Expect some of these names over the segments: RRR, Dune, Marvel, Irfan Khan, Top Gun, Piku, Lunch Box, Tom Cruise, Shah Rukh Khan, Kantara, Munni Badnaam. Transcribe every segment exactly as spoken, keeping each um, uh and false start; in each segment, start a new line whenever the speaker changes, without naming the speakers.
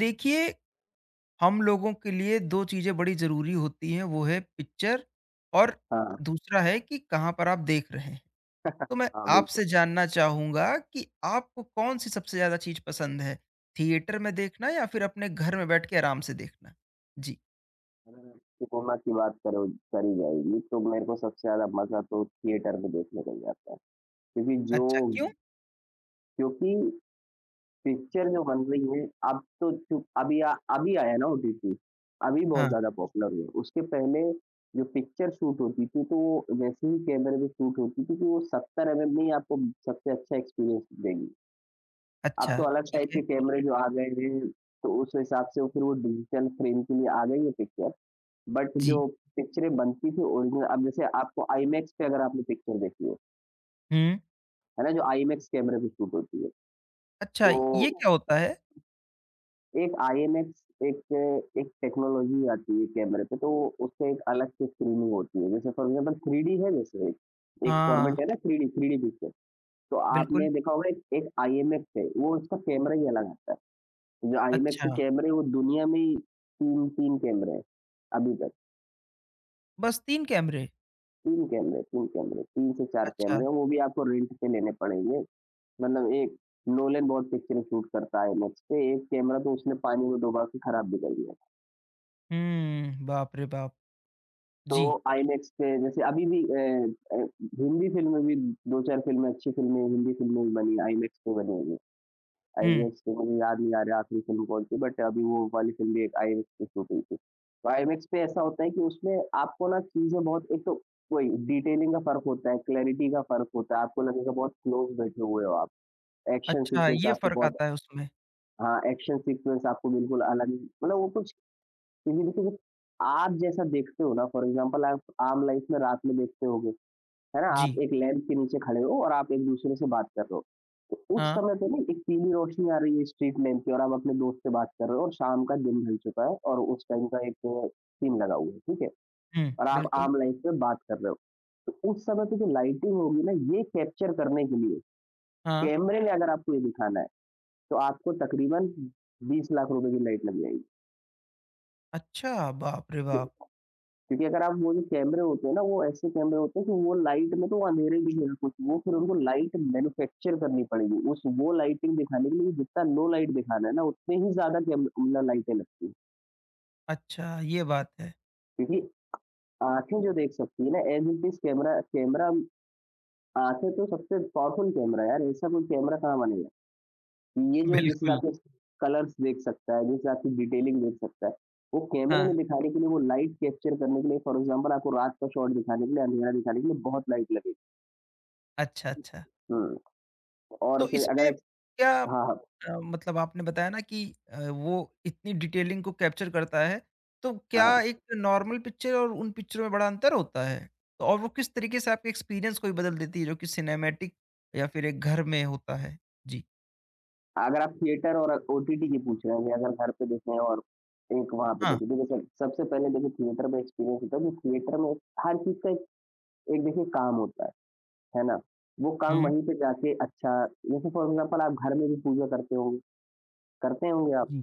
देखिए, हम लोगों के लिए दो चीज़ें बड़ी ज़रूरी होती हैं, वो है पिक्चर और
हाँ,
दूसरा है कि कहाँ पर आप देख रहे हैं। तो मैं
हाँ, बिल्कुल।
आपसे जानना चाहूँगा कि आपको कौन-सी सबसे ज़्यादा चीज़ पसंद है? थिएटर में देखना या फिर अपने घर में बैठ के आराम से देखना? जी।
अगर आप सिनेमा की बात करो करी जाएगी, तो मेरे को सबसे ज़्यादा मज़ा तो थिएटर में देखने को ही आता है। क्योंकि जो
अच्छा, क्यों?
क्योंकि पिक्चर जो बन रही है, अब तो चूँ अभी आ अभी आया ना ओटीटी, अभी बहुत
हाँ,
ज़्यादा पॉपुलर हुआ। उसके पहले जो पिक्चर शूट होती थी, तो वो वैसे ही कैमरे में शूट होती थी कि वो 70 एमएम में ही आपको सबसे अच्छा एक्सपीरियंस देगी। अब
अच्छा,
तो अलग
ठीक
टाइप
है।
के कैमरे जो आ गए हैं, तो उस हिसाब से वो फिर वो डिजिटल फ्रेम के लिए आ गई है पिक्चर, बट
जी।
जो पिक्चरें बनती थी ओरिजिनल। अब जैसे आपको आईमैक्स पे अगर आपने पिक्चर देखी हो,
हुँ।
है ना? जो आईमैक्स कैमरे पे शूट होती है,
अच्छा,
तो
ये
अच्छा।
क्या होता है?
एक आईएमएक्स एक एक टेक्नोलॉजी आती है कैमरे पे, तो उससे एक अलग से स्क्रीनिंग होती है। जैसे फॉर एग्ज़ाम्पल थ्री डी है जैसे, एक एक
हाँ,
फॉर्मेट है ना, three D three D picture, तो
बिल्कुल।
आपने देखा होगा एक एक आईएमएक्स है, वो उसका कैमरा ही अलग आता है। जो आईमैक्स
अच्छा,
के कैमरे, वो दुनिया में ही तीन तीन कैमरे हैं, अभी तक।
बस तीन कैमरे?
तीन कैमरे, तीन कैमरे, तीन से चार
अच्छा।
कैमरे, और वो भी आपको रेंट पे लेने पड़ेंगे। मतलब एक नोलन बहुत पिक्चरें शूट करता है आईनॉक्स पे, एक कैमरा तो उसने पानी में डुबा के खराब भी कर दिया।
हुँ, बाप रे बाप!
तो
जी।
आईनॉक्स पे जैसे अभी भी अ अ, हिंदी फ़िल्में भी दो चार फ़िल्में, अच्छी फ़िल्में, हिंदी फ़िल्में बनी, आईनॉक्स पे बनी हुई हैं। आई
हुँ।
मैक्स पे मुझे याद नहीं आ रहा आखिरी फ़िल्म कौन सी, बट अभी वो वाली फ़िल्म भी एक आईमैक्स पे शूट हुई थी। तो आईमैक्स पे ऐसा होता है कि उसमें आपको ना चीज़ें बहुत, एक तो वही डिटेलिंग का फ़र्क होता है, क्लैरिटी का फ़र्क होता है, आपको लगेगा बहुत क्लोज़ बैठे हुए हो आप। एक्शन
अच्छा,
सीक्वेंस
ये
आपको
फ़र्क
बहुत।
आता है उसमें।
हाँ, एक्शन सीक्वेंस आपको बिल्कुल अलग, मतलब वो कुछ। क्योंकि देखो, आप जैसा देखते हो ना, फ़ॉर एग्ज़ाम्पल आप आम लाइफ़ में रात में देखते होगे, है ना? आप
जी,
एक लैंप के नीचे खड़े हो और आप एक-दूसरे से बात कर रहे हो। तो उस
हाँ।
समय पे ना एक पीली रोशनी आ रही है स्ट्रीट लैंप की, और आप अपने दोस्त से बात कर रहे हो, और शाम का दिन ढल चुका है, और उस टाइम का एक सीन लगा हुआ है, ठीक है?
हुँ,
और आप
बिल्कुल।
आम लाइफ में बात कर रहे हो। तो उस समय पे जो लाइटिंग होगी ना, ये कैप्चर करने के लिए
हाँ।
कैमरे में अगर आपको ये दिखाना है, तो आपको तकरीबन बीस लाख रुपए की लाइट लग जाएगी।
अच्छा, बाप रे बाप!
क्योंकि अगर आप, वो जो कैमरे होते हैं ना, वो ऐसे कैमरे होते हैं कि वो लाइट में तो वो अंधेरे दिखेगा कुछ, वो फिर उनको लाइट मैन्युफैक्चर करनी पड़ेगी। उस वो लाइटिंग दिखाने के लिए जितना लो लाइट दिखाना है ना, उतने ही ज़्यादा कैम मतलब लाइटें लगती हैं।
अच्छा, ये बात है।
क्योंकि आँखें जो देख सकती है ना, as it is camera camera आँखें तो सबसे पावरफुल कैमरा है यार, ऐसा कोई कैमरा कहाँ बनेगा। ये जो जिस हिसाब
बिल्कुल,
से कलर्स देख सकता है, जिस हिसाब से डिटेलिंग देख सकता है, वो कैमरे
हाँ।
में दिखाने के लिए, वो लाइट कैप्चर करने के लिए, फॉर एग्ज़ाम्पल आपको रात का शॉट दिखाने के लिए, अंधेरा दिखाने के लिए बहुत लाइट लगेगी।
अच्छा, अच्छा।
हुँ। और
तो
फिर अगर
इसमें
एक
क्या
हाँ, हाँ,
अ, मतलब आपने बताया ना कि अ, वो इतनी डिटेलिंग को कैप्चर करता है, तो
हाँ।
क्या
हाँ।
एक नॉर्मल पिक्चर और उन पिक्चरों में बड़ा अंतर होता है? तो और वो किस तरीके से आपके एक्सपीरियंस को भी बदल देती है जो कि सिनेमैटिक या फिर एक घर में होता है? जी।
अगर आप थिएटर और ओटीटी की पूछ रहे हैं कि अगर घर पे देखें और एक वहाँ पे
हाँ।
देखें, तो देखिए, सब सबसे पहले देखिए थिएटर में एक्सपीरियंस होता है कि थिएटर में हर चीज़ का एक एक देखिए काम होता है, है ना? वो काम
हुँ,
वहीं पे जाके अच्छा। जैसे फॉर एग्ज़ाम्पल आप घर में भी पूजा करते होंगे करते होंगे आप,
जी,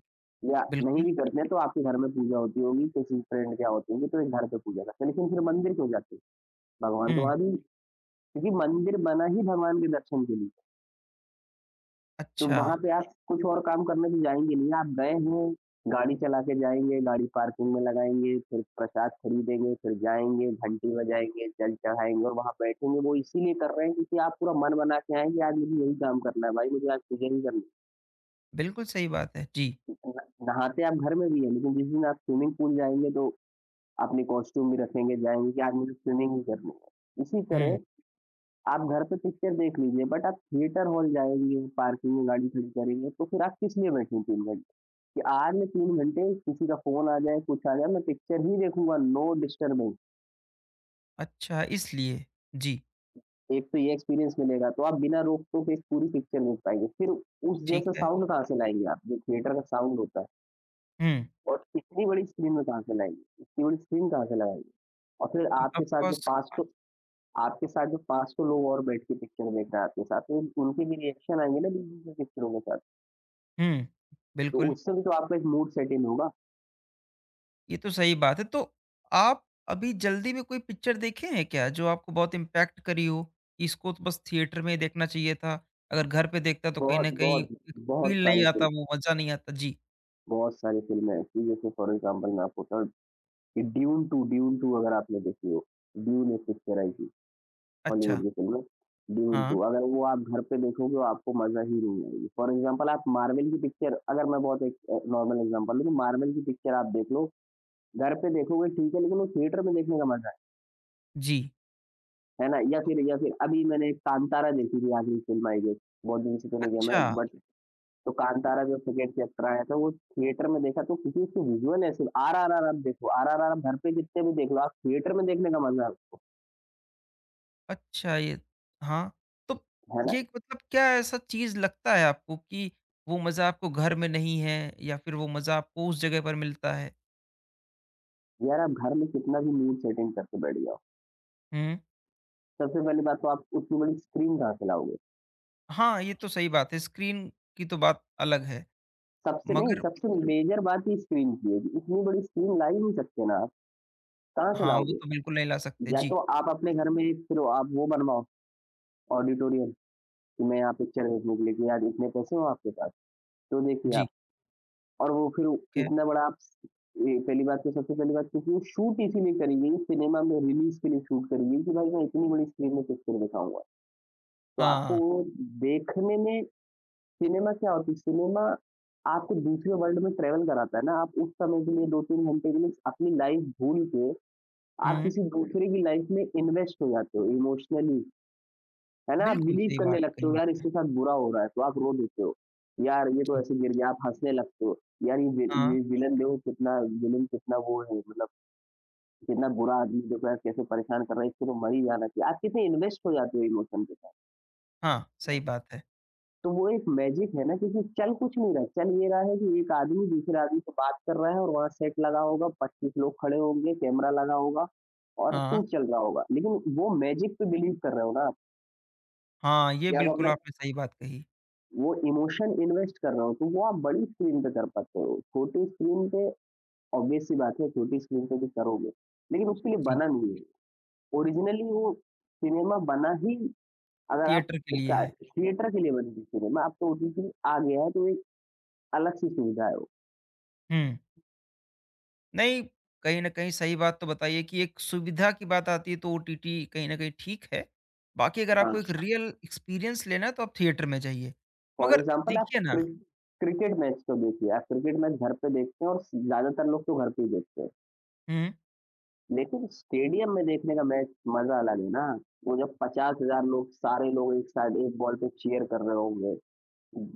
या नहीं
बिल्कुल।
भी करते हैं, तो आपके घर में पूजा होती होगी, किसी फ्रेंड के यहाँ होती होगी। तो एक घर पे पूजा करते हैं, लेकिन फिर मंदिर क्यों जाते हैं? भगवान तो
हुँ,
वहाँ भी। क्योंकि मंदिर बना ही भगवान के दर्शन के लिए। तो
अच्छा।
वहाँ पे आप कुछ और काम करने तो जाएँगे नहीं, आप गए हैं, गाड़ी चला के जाएँगे, गाड़ी पार्किंग में लगाएँगे, फिर प्रसाद खरीदेंगे, फिर जाएँगे, घंटी बजाएँगे, जल चढ़ाएँगे और वहाँ बैठेंगे। वो इसीलिए कर रहे हैं क्योंकि आप पूरा मन बना के आए हैं कि आज मुझे यही काम करना है भाई, मुझे आज पूजा ही करनी
बिल्कुल सही बात है। जी।
है। न नहाते आप घर में भी हैं, लेकिन जिस दिन आप स्विमिंग पूल जाएँगे, तो अपने कॉस्ट्यूम भी रखेंगे, जाएँगे कि आज मुझे स्विमिंग ही करनी है। इसी तरह
हुँ।
आप घर पे पिक्चर देख लीजिए, बट आप थिएटर हॉल जाएँगे, पार्किंग में गाड़ी खड़ी करेंगे, तो फिर आप किस लिए बैठे तीन घंटे? कि आज मैं तीन घंटे, किसी का फ़ोन आ जाए, कुछ आ जाए, मैं पिक्चर ही देखूँगा, नो डिस्टर्बिंग।
अच्छा, इसलिए। जी,
एक तो ये एक्सपीरियंस मिलेगा, तो आप बिना रोक-टोक एक पूरी पिक्चर देख पाएँगे। फिर उस
ठीक
जैसा
है।
साउंड कहाँ से लाएँगे आप, जो थिएटर का साउंड होता है,
हुँ।
और इतनी बड़ी स्क्रीन में कहाँ से लाएँगे? इतनी बड़ी स्क्रीन कहाँ से लगाएँगे? और फिर
ऑफ़
आपके साथ
कोर्स
जो 500 आपके साथ जो पाँच सौ लोग और बैठ के पिक्चर देख रहे हैं आपके साथ, तो उनके भी रिएक्शन आएँगे ना बीच-बीच में पिक्चरों के साथ,
हुँ।
तो
बिल्कुल,
उससे भी तो आपका एक मूड सेट इन होगा।
ये तो सही बात है। तो आप अभी जल्दी में कोई पिक्चर देखे हैं क्या, जो आपको बहुत इम्पैक्ट करी हो? इसको तो बस थिएटर में ही देखना चाहिए था, अगर घर पे देखता तो कहीं
बहुत,
न कहीं
बहुत,
एक
बहुत
फ़ील नहीं
सारी
आता,
फिल्म
वो मज़ा नहीं आता। जी,
बहुत सारी फ़िल्में ऐसी हैं, जैसे फॉर एग्ज़ाम्पल मैं आपको बताऊँ, ये ड्यून टू ड्यून टू अगर आपने देखी हो, ड्यून एक पिक्चर आई थी,
अच्छा।
हॉलीवुड की फ़िल्म है, ड्यून
हाँ,
टू अगर वो आप घर पे देखोगे, आपको मज़ा ही नहीं आएगी। फॉर एग्ज़ाम्पल आप मार्वल की पिक्चर, अगर मैं बहुत एक अ, नॉर्मल एग्ज़ाम्पल दूँ, तो मार्वल की पिक्चर आप देख लो, घर पे देखोगे ठीक है, लेकिन वो थिएटर में देखने का मज़ा है,
जी।
है ना? या
तो
फिर या फिर अभी मैंने एक कांतारा देखी थी, आखिरी फ़िल्म आई है, बहुत दिन से तो नहीं गया मैं,
अच्छा।
बट तो कांतारा जो सेकंड चैप्टर आया था, वो थिएटर में देखा। तो क्योंकि उसके विजुअल ऐसे, आरआरआर आप देखो, आरआरआर आप घर पे जितने भी देख लो, आप थिएटर में देखने का मजा,
अच्छा ये हाँ, तो
है ना?
ये मतलब क्या ऐसा चीज़ लगता है आपको कि वो मज़ा आपको घर में नहीं है या फिर वो मज़ा आपको उस जगह पर मिलता है?
यार आप घर में कितना भी मूड सेटिंग करके बैठ जाओ,
हुँ।
सबसे पहली बात तो आप उतनी बड़ी स्क्रीन कहाँ से लाओगे।
हाँ, ये तो सही बात है, स्क्रीन की तो बात अलग है,
सबसे नहीं,
मगर
सबसे मेजर बात ही स्क्रीन की है कि इतनी बड़ी स्क्रीन ला ही नहीं सकते ना आप, कहाँ से
हाँ, वो
लाओगे।
तो बिल्कुल नहीं ला सकते।
या तो
जी,
आप अपने घर में एक फिर आप वो बनवाओ, ऑडिटोरियम, कि मैं यहाँ पिक्चर देखने के लिए, कि यार इतने पैसे हो आपके पास तो देखिए
जी,
आप। और वो फिर
ठीक है।
इतना बड़ा आप, ए, पहली बात तो सबसे पहली बात, क्योंकि वो शूट इसीलिए करी गई सिनेमा में रिलीज के लिए, शूट करी गई कि भाई मैं इतनी बड़ी स्क्रीन में पिक्चर दिखाऊंगा, तो आपको
हाँ,
वो देखने में। सिनेमा क्या होती है? सिनेमा आपको दूसरे वर्ल्ड में ट्रेवल कराता है ना, आप उस समय के लिए, दो तीन घंटे के लिए अपनी लाइफ भूल के आप
हुँ,
किसी दूसरे की लाइफ में इन्वेस्ट हो जाते हो इमोशनली, है ना? आप
बिल्कुल
बिलीव
सही
करने
बात
लगते हो
कही
यार
आपने।
इसके साथ बुरा हो रहा है, तो आप रो देते हो। यार ये तो
जी,
ऐसे गिर गया, आप हँसने लगते हो। यार ये वि
हाँ,
ये विलन देखो कितना, विलन कितना वो है, मतलब कितना बुरा आदमी देखो यार कैसे परेशान कर रहा है, इसको तो मर ही जाना चाहिए। आप कितने इन्वेस्ट हो जाते हो इमोशन के साथ।
हाँ, सही बात है।
तो वो एक मैजिक है ना, क्योंकि चल कुछ नहीं रहा है, चल ये रहा है कि एक आदमी दूसरे आदमी से बात कर रहा है, और वहाँ सेट लगा होगा, पच्चीस लोग खड़े होंगे, कैमरा लगा होगा और
हाँ,
शूट चल रहा होगा। लेकिन वो मैजिक पे बिलीव कर रहे हो ना आप,
हाँ, ये
कि आप
बिल्कुल
अपना
आपने सही बात कही।
वो इमोशन इन्वेस्ट कर रहा हूँ, तो वो आप बड़ी स्क्रीन पे कर पाते हो। छोटी स्क्रीन पे, ऑब्वियस सी बात है, छोटी स्क्रीन पे भी करोगे, लेकिन उसके लिए
जी,
बना नहीं है। ओरिजिनली वो सिनेमा बना ही, अगर आप,
थिएटर के लिए
उसका
है।
थिएटर के लिए बनी थी सिनेमा। अब तो ओटीटी आ गया है, तो एक अलग सी सुविधा है वो।
हुँ। नहीं, कहीं न कहीं सही बात तो बताइए कि एक सुविधा की बात आती है तो ओटीटी कहीं न कहीं ठीक है। बाकी अगर
हाँ,
आपको एक रियल एक्सपीरियंस लेना है तो आप थिएटर में जाइए।
फॉर
मगर
एग्ज़ाम्पल आप
देखिए ना
क्रि क्रिकेट मैच को देखिए, आप क्रिकेट मैच घर पे देखते हैं, और स ज़्यादातर लोग तो घर पे ही देखते हैं।
हुँ,
लेकिन स्टेडियम में देखने का मैच मजा अलग है ना, वो जब पचास हजार लोग, सारे लोग एक साथ एक बॉल पे चीयर कर रहे होंगे,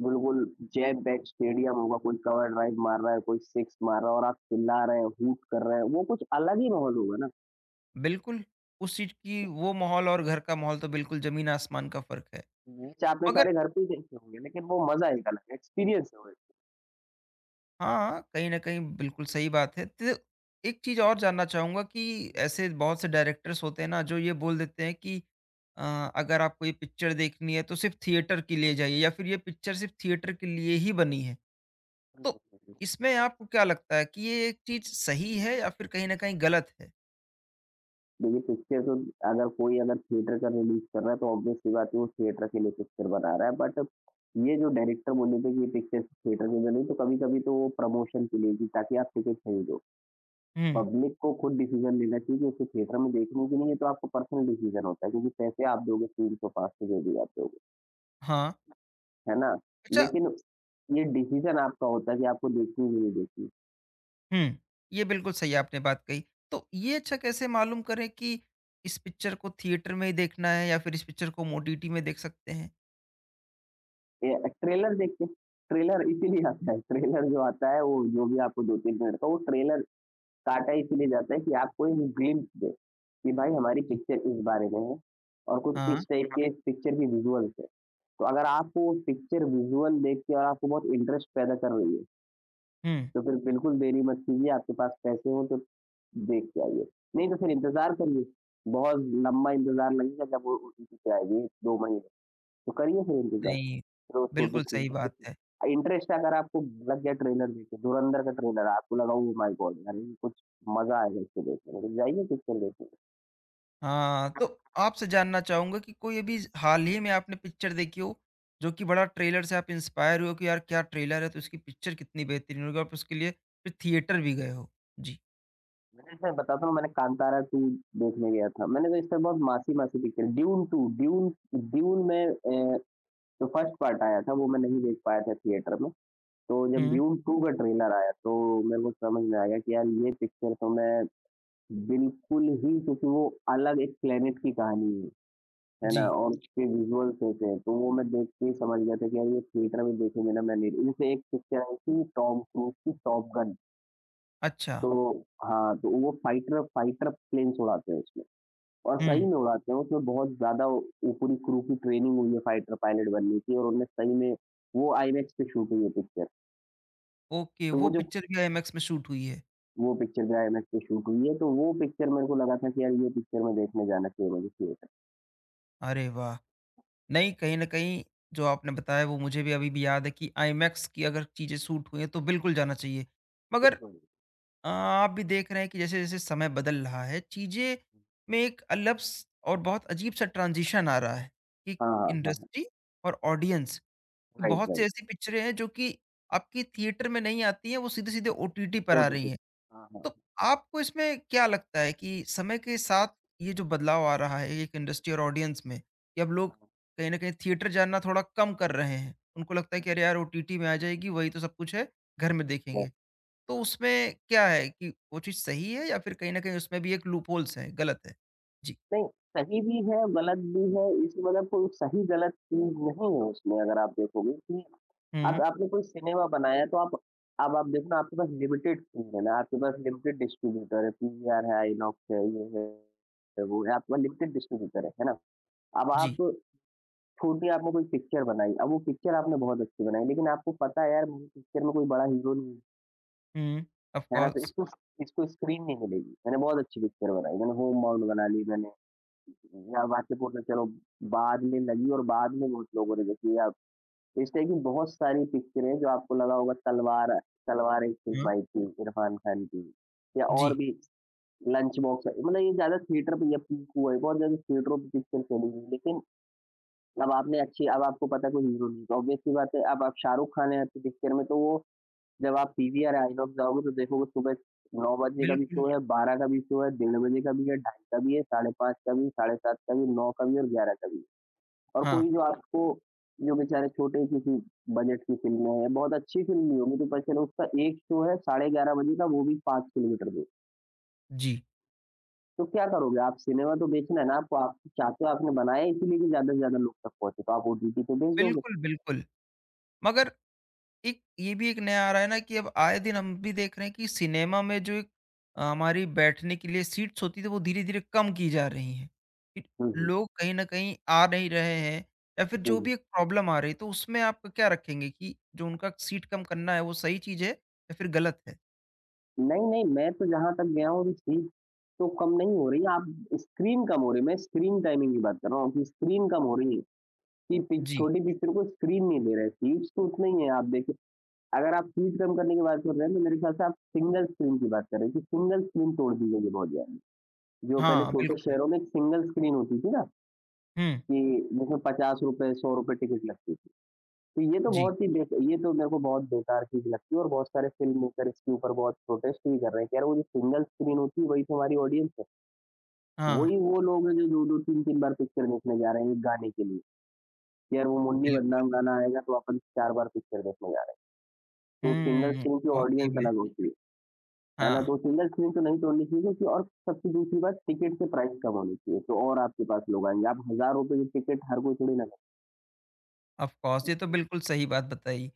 बिल्कुल जैम पैक स्टेडियम होगा, कोई कवर ड्राइव मार रहा है, कोई सिक्स मार रहा है, और आप चिल्ला रहे हैं, हूट कर रहे हैं, वो कुछ अलग ही माहौल होगा ना।
बिल्कुल उस चीज़ की वो माहौल और घर का माहौल तो बिल्कुल ज़मीन-आसमान का फ़र्क है।
मैच आपने
मगर
सारे घर पे ही देखे होंगे, लेकिन वो मजा एक अलग है, एक्सपीरियंस है वो।
हाँ, कहीं न कहीं बिल्कुल सही बात है। तो एक चीज़ और जानना चाहूँगा कि ऐसे बहुत से डायरेक्टर्स होते हैं ना जो ये बोल देते हैं कि अ, अगर आपको ये पिक्चर देखनी है तो सिर्फ़ थिएटर के लिए जाइए या फिर ये पिक्चर सिर्फ़ थिएटर के लिए ही बनी है। तो
एक।
इसमें आपको क्या लगता है कि ये एक चीज़ सही है या फिर कहीं न कहीं गलत है?
देखिए, पिक्चर तो, अगर कोई अगर थिएटर का रिलीज़ कर रहा है, तो ऑब्वियस सी बात है वो थिएटर के लिए पिक्चर बना रहा है। बट ये जो डायरेक्टर बोले थे कि ये पिक्चर थिएटर में बनी, तो कभी-कभी तो वो प्रमोशन के लिए भी ताकि आप टिकट खरीदो।
हुँ,
पब्लिक को खुद डिसीज़न लेना चाहिए कि उसे थिएटर में देखनी कि नहीं है, तो आपका पर्सनल डिसीज़न होता है क्योंकि पैसे आप दोगे तीन सौ पाँच सौ जो भी आप दोगे,
हाँ।
है ना?
अच्छा
लेकिन ये डिसीज़न आपका होता है कि आपको देखनी है कि नहीं देखनी।
हुँ, ये बिल्कुल सही आपने बात कही। तो ये अच्छा कैसे मालूम करें कि इस पिक्चर को थिएटर में ही देखना है या फिर इस पिक्चर को ओटीटी में देख सकते हैं?
ये ट्रेलर देख के ट्रेलर इसीलिए आता है, ट्रेलर जो आता है वो जो भी आपको दो तीन मिनट का वो ट्रेलर काटा इसीलिए जाता है कि आपको एक ग्लिम्प्स दे, कि भाई हमारी
जी।
पिक्चर इस बारे में है और कुछ
हाँ।
इस टाइप, हाँ। के पिक्चर की विज़ुअल्स है। तो अगर आपको वो पिक्चर विज़ुअल देख के और आपको बहुत इंटरेस्ट पैदा कर रही है,
हुँ।
तो फिर बिल्कुल देरी मत कीजिए, आपके पास पैसे हों तो देख के आइए। नहीं तो फिर इंतज़ार करिए, बहुत लंबा इंतज़ार लगेगा जब वो ओ टी टी पे आएगी, दो महीने, तो करिए फिर इंतज़ार।
नहीं,
रोज़
बिल्कुल सही बात है।
छोटी-सी इंटरेस्ट अगर आपको लग गया ट्रेलर देख के, धुरंधर का ट्रेलर आपको लगा ओह माय गॉड! अरे ये कुछ मज़ा आएगा इसको देखने में, तो जाइए पिक्चर देखने।
हाँ, तो आपसे जानना चाहूँगा कि कोई अभी हाल ही में आपने पिक्चर देखी हो, जो कि बड़ा ट्रेलर से आप इंस्पायर हुए हो कि यार क्या ट्रेलर है, तो इसकी पिक्चर कितनी बेहतरीन होगी, आप उसके लिए फिर थिएटर भी गए हो? जी।
मैंने मैं बताता हूँ, मैंने कांतारा दो देखने गया था। मैंने तो इससे बहुत मासी-मासी picture Dune two Dune Dune में अ, जो फर्स्ट पार्ट आया था वो मैं नहीं देख पाया था थिएटर में। तो जब
हुँ,
ड्यून टू का ट्रेलर आया तो मेरे को समझ में आया कि यार ये पिक्चर तो मैं बिल्कुल ही, क्योंकि वो अलग एक प्लेनेट की कहानी है। है ना?
जी।
और उसके विज़ुअल्स होते हैं, तो वो मैं देख के ही समझ गया था कि यार ये थिएटर में देखेंगे ना, मैं नहीं जैसे एक पिक्चर आई थी टॉम क्रूज़ की, टॉप गन।
अच्छा,
तो हाँ, तो वो फाइटर फाइटर प्लेन्स उड़ाते हैं उसमें और सही
हुँ,
में उड़ाते हैं, उसमें बहुत ज़्यादा वो पूरी क्रू की ट्रेनिंग हुई है फाइटर पायलट बनने की और उनने सही में वो आईमैक्स पे शूट हुई है पिक्चर।
ओके,
तो वो
वो
जो
पिक्चर भी आईमैक्स में शूट हुई है।
वो पिक्चर जो आईमैक्स पे शूट हुई है, तो वो पिक्चर मेरे को लगा था कि यार ये पिक्चर मैं देखने जाना चाहिए मुझे थिएटर।
अरे वाह! नहीं, कहीं न कहीं जो आपने बताया वो मुझे भी अभी भी याद है कि आईमैक्स की अगर चीज़ें शूट हुई हैं, तो बिल्कुल जाना चाहिए। मगर
बिल्कुल।
अ, आप भी देख रहे हैं कि जैसे-जैसे समय बदल रहा है, चीज़ें में एक अलग स और बहुत अजीब-सा ट्रांज़िशन आ रहा है कि
हाँ, हाँ, हाँ, हाँ।
इंडस्ट्री और ऑडियंस।
राइट,
बहुत सी
राइट।
ऐसी पिक्चरें हैं जो कि आपकी थिएटर में नहीं आती हैं, वो सीधे-सीधे ओटीटी पर आ रही
ओटीटी।
हैं।
हाँ, हाँ।
तो आपको इसमें क्या लगता है कि समय के साथ ये जो बदलाव आ रहा है एक इंडस्ट्री और ऑडियंस में कि अब लोग
हाँ, हाँ,
कहीं न कहीं थिएटर जाना थोड़ा कम कर रहे हैं। उनको लगता है कि अरे
हाँ।
यार! ओटीटी में आ जाएगी, वही तो सब कुछ है, घर में
वो
देखेंगे। तो
हुँ।
उसमें क्या है कि वो चीज़ सही है या फिर कहीं न कहीं उसमें भी एक लूपहोल्स है, गलत है? जी।
नहीं, सही भी है, गलत भी है, इसमें मतलब कोई सही-गलत चीज़ नहीं है उसमें, अगर आप देखोगे कि आप
हुँ,
आपने कोई सिनेमा बनाया तो आप, अब आप देखो ना, आपके पास लिमिटेड स्क्रीन है ना, आपके पास लिमिटेड डिस्ट्रीब्यूटर है, पीवीआर है, आइनॉक्स है, ये है, है, वो है, आपके पास लिमिटेड डिस्ट्रीब्यूटर है, है ना? अब आप
जी।
छोटी, आपने कोई पिक्चर बनाई, अब वो पिक्चर आपने बहुत अच्छी बनाई लेकिन आपको पता है यार मूवी पिक्चर में कोई बड़ा हीरो नहीं है,
हुँ, ऑफ
है ना? तो
कोर्स।
इसको इसको स्क्रीन नहीं मिलेगी। मैंने बहुत अच्छी पिक्चर बनाई, मैंने होमबाउंड बना ली, मैंने या बास्केटबॉल, चलो बाद में लगी और बाद में बहुत लोगों ने देखी है। आप इस टाइप की बहुत सारी पिक्चरें हैं जो आपको लगा होगा, तलवार तलवार एक फिल्म
हाँ।
आई थी इरफान खान की, या और
जी,
भी लंच बॉक्स है, मतलब ये ज़्यादा थिएटर पे, या पीकू है बहुत ज़्यादा थिएटरों पे पिक्चर चली हुई है। लेकिन अब आपने अच्छी, अब आपको पता है कोई हीरो नहीं तो ऑब्वियस सी बात है, अब आप शाहरुख खान है आपकी पिक्चर में तो वो, जब आप पीवीआर आइनॉक्स जाओगे तो देखोगे सुबह नौ बजे का भी
बिल्कुल।
शो है, बारह का भी शो है, डेढ़ बजे का भी है, ढाई का भी है, साढ़े पाँच का भी, साढ़े सात का भी, नौ का भी और ग्यारह का भी। और
हाँ,
कोई जो आपको, जो बेचारे छोटे किसी बजट की फ़िल्में हैं, बहुत अच्छी फ़िल्म भी होंगी तो पर, चलो उसका एक शो है साढ़े ग्यारह बजे का, वो भी पाँच किलोमीटर दूर।
जी।
तो क्या करोगे आप? सिनेमा तो बेचना है ना आपको, आप चाहते हो आपने बनाया है इसीलिए कि ज़्यादा से ज़्यादा लोग तक पहुँचे, तो आप ओटीटी पे बेच दोगे।
बिल्कुल, बिल्कुल। मगर एक ये भी एक नया आ रहा है ना कि अब आए दिन हम भी देख रहे हैं कि सिनेमा में जो एक अ, हमारी बैठने के लिए सीट्स होती थी वो धीरे-धीरे कम की जा रही हैं। कि
हुँ, हुँ।
लोग कहीं न कहीं आ नहीं रहे हैं या फिर
हुँ,
जो
हुँ।
भी एक प्रॉब्लम आ रही है, तो उसमें आप क्या रखेंगे कि जो उनका सीट कम करना है वो सही चीज़ है या फिर गलत है?
नहीं, नहीं, मैं तो जहाँ तक गया हूँ सीट तो कम नहीं हो रही है, आप, स्क्रीन कम हो रही है, मैं स्क्रीन टाइमिंग की बात कर रहा हूँ कि स्क्रीन कम हो रही है, कि पि
जी।
छोटी पिक्चर को स्क्रीन नहीं दे रहे, सीट्स तो उतनी ही हैं आप देखें। अगर आप स्पीड कम करने की बात कर रहे हैं तो मेरे ख्याल से आप सिंगल स्क्रीन की बात कर रहे हैं कि सिंगल स्क्रीन तोड़ दी गई है बहुत ज्यादा, जो पहले
हाँ,
छोटे
बिल्कुल।
शहरों में एक सिंगल स्क्रीन होती थी ना,
हुँ,
कि जिसमें पचास रुपए सौ रुपए टिकट लगती थी, तो ये तो
जी।
बहुत ही बेक- ये तो मेरे को बहुत बेकार चीज लगती है, और बहुत सारे फिल्म मेकर इसके ऊपर बहुत प्रोटेस्ट भी कर रहे हैं कि यार वो जो सिंगल स्क्रीन होती है वही तो हमारी ऑडियंस है,
हाँ,
वही वो लोग हैं जो दो दो तीन तीन बार पिक्चर देखने जा रहे हैं एक गाने के लिए, कि यार वो मुन्नी
बिल्कुल।
बदनाम गाना आएगा तो अपन चार बार पिक्चर देखने जा रहे हैं, तो सिंगल
हुँ,
स्क्रीन की
वाक़ई
ऑडियंस
में।
अलग होती है है ना?
हाँ,
तो सिंगल स्क्रीन तो नहीं तोड़नी चाहिए क्योंकि, और सबसे दूसरी बात टिकट के प्राइस कम होने चाहिए, तो और आपके पास लोग आएँगे। आप हज़ार रुपए की टिकट हर कोई थोड़ी ना,
ऑफ़ कोर्स ये तो बिल्कुल सही बात बताई।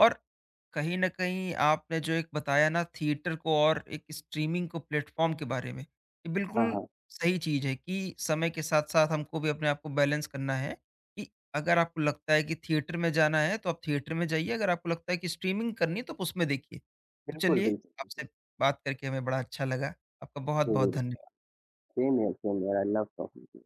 और कहीं न कहीं आपने जो एक बताया ना थिएटर को और एक स्ट्रीमिंग को प्लेटफ़ॉर्म के बारे में, ये
हाँ,
बिल्कुल
हाँ।
सही चीज़ है कि समय के साथ-साथ हमको भी अपने आप को बैलेंस करना है कि अगर आपको लगता है कि थिएटर में जाना है, तो आप थिएटर में जाइए, अगर आपको लगता है कि स्ट्रीमिंग करनी है, तो आप उसमें देखिए। तो
बिल्कुल,
चलिए,
बिल्कुल, बिल्कुल।
आपसे बात करके हमें बड़ा अच्छा लगा। आपका
मुझे
बहुत-बहुत धन्य
same here same here, I love talking to you.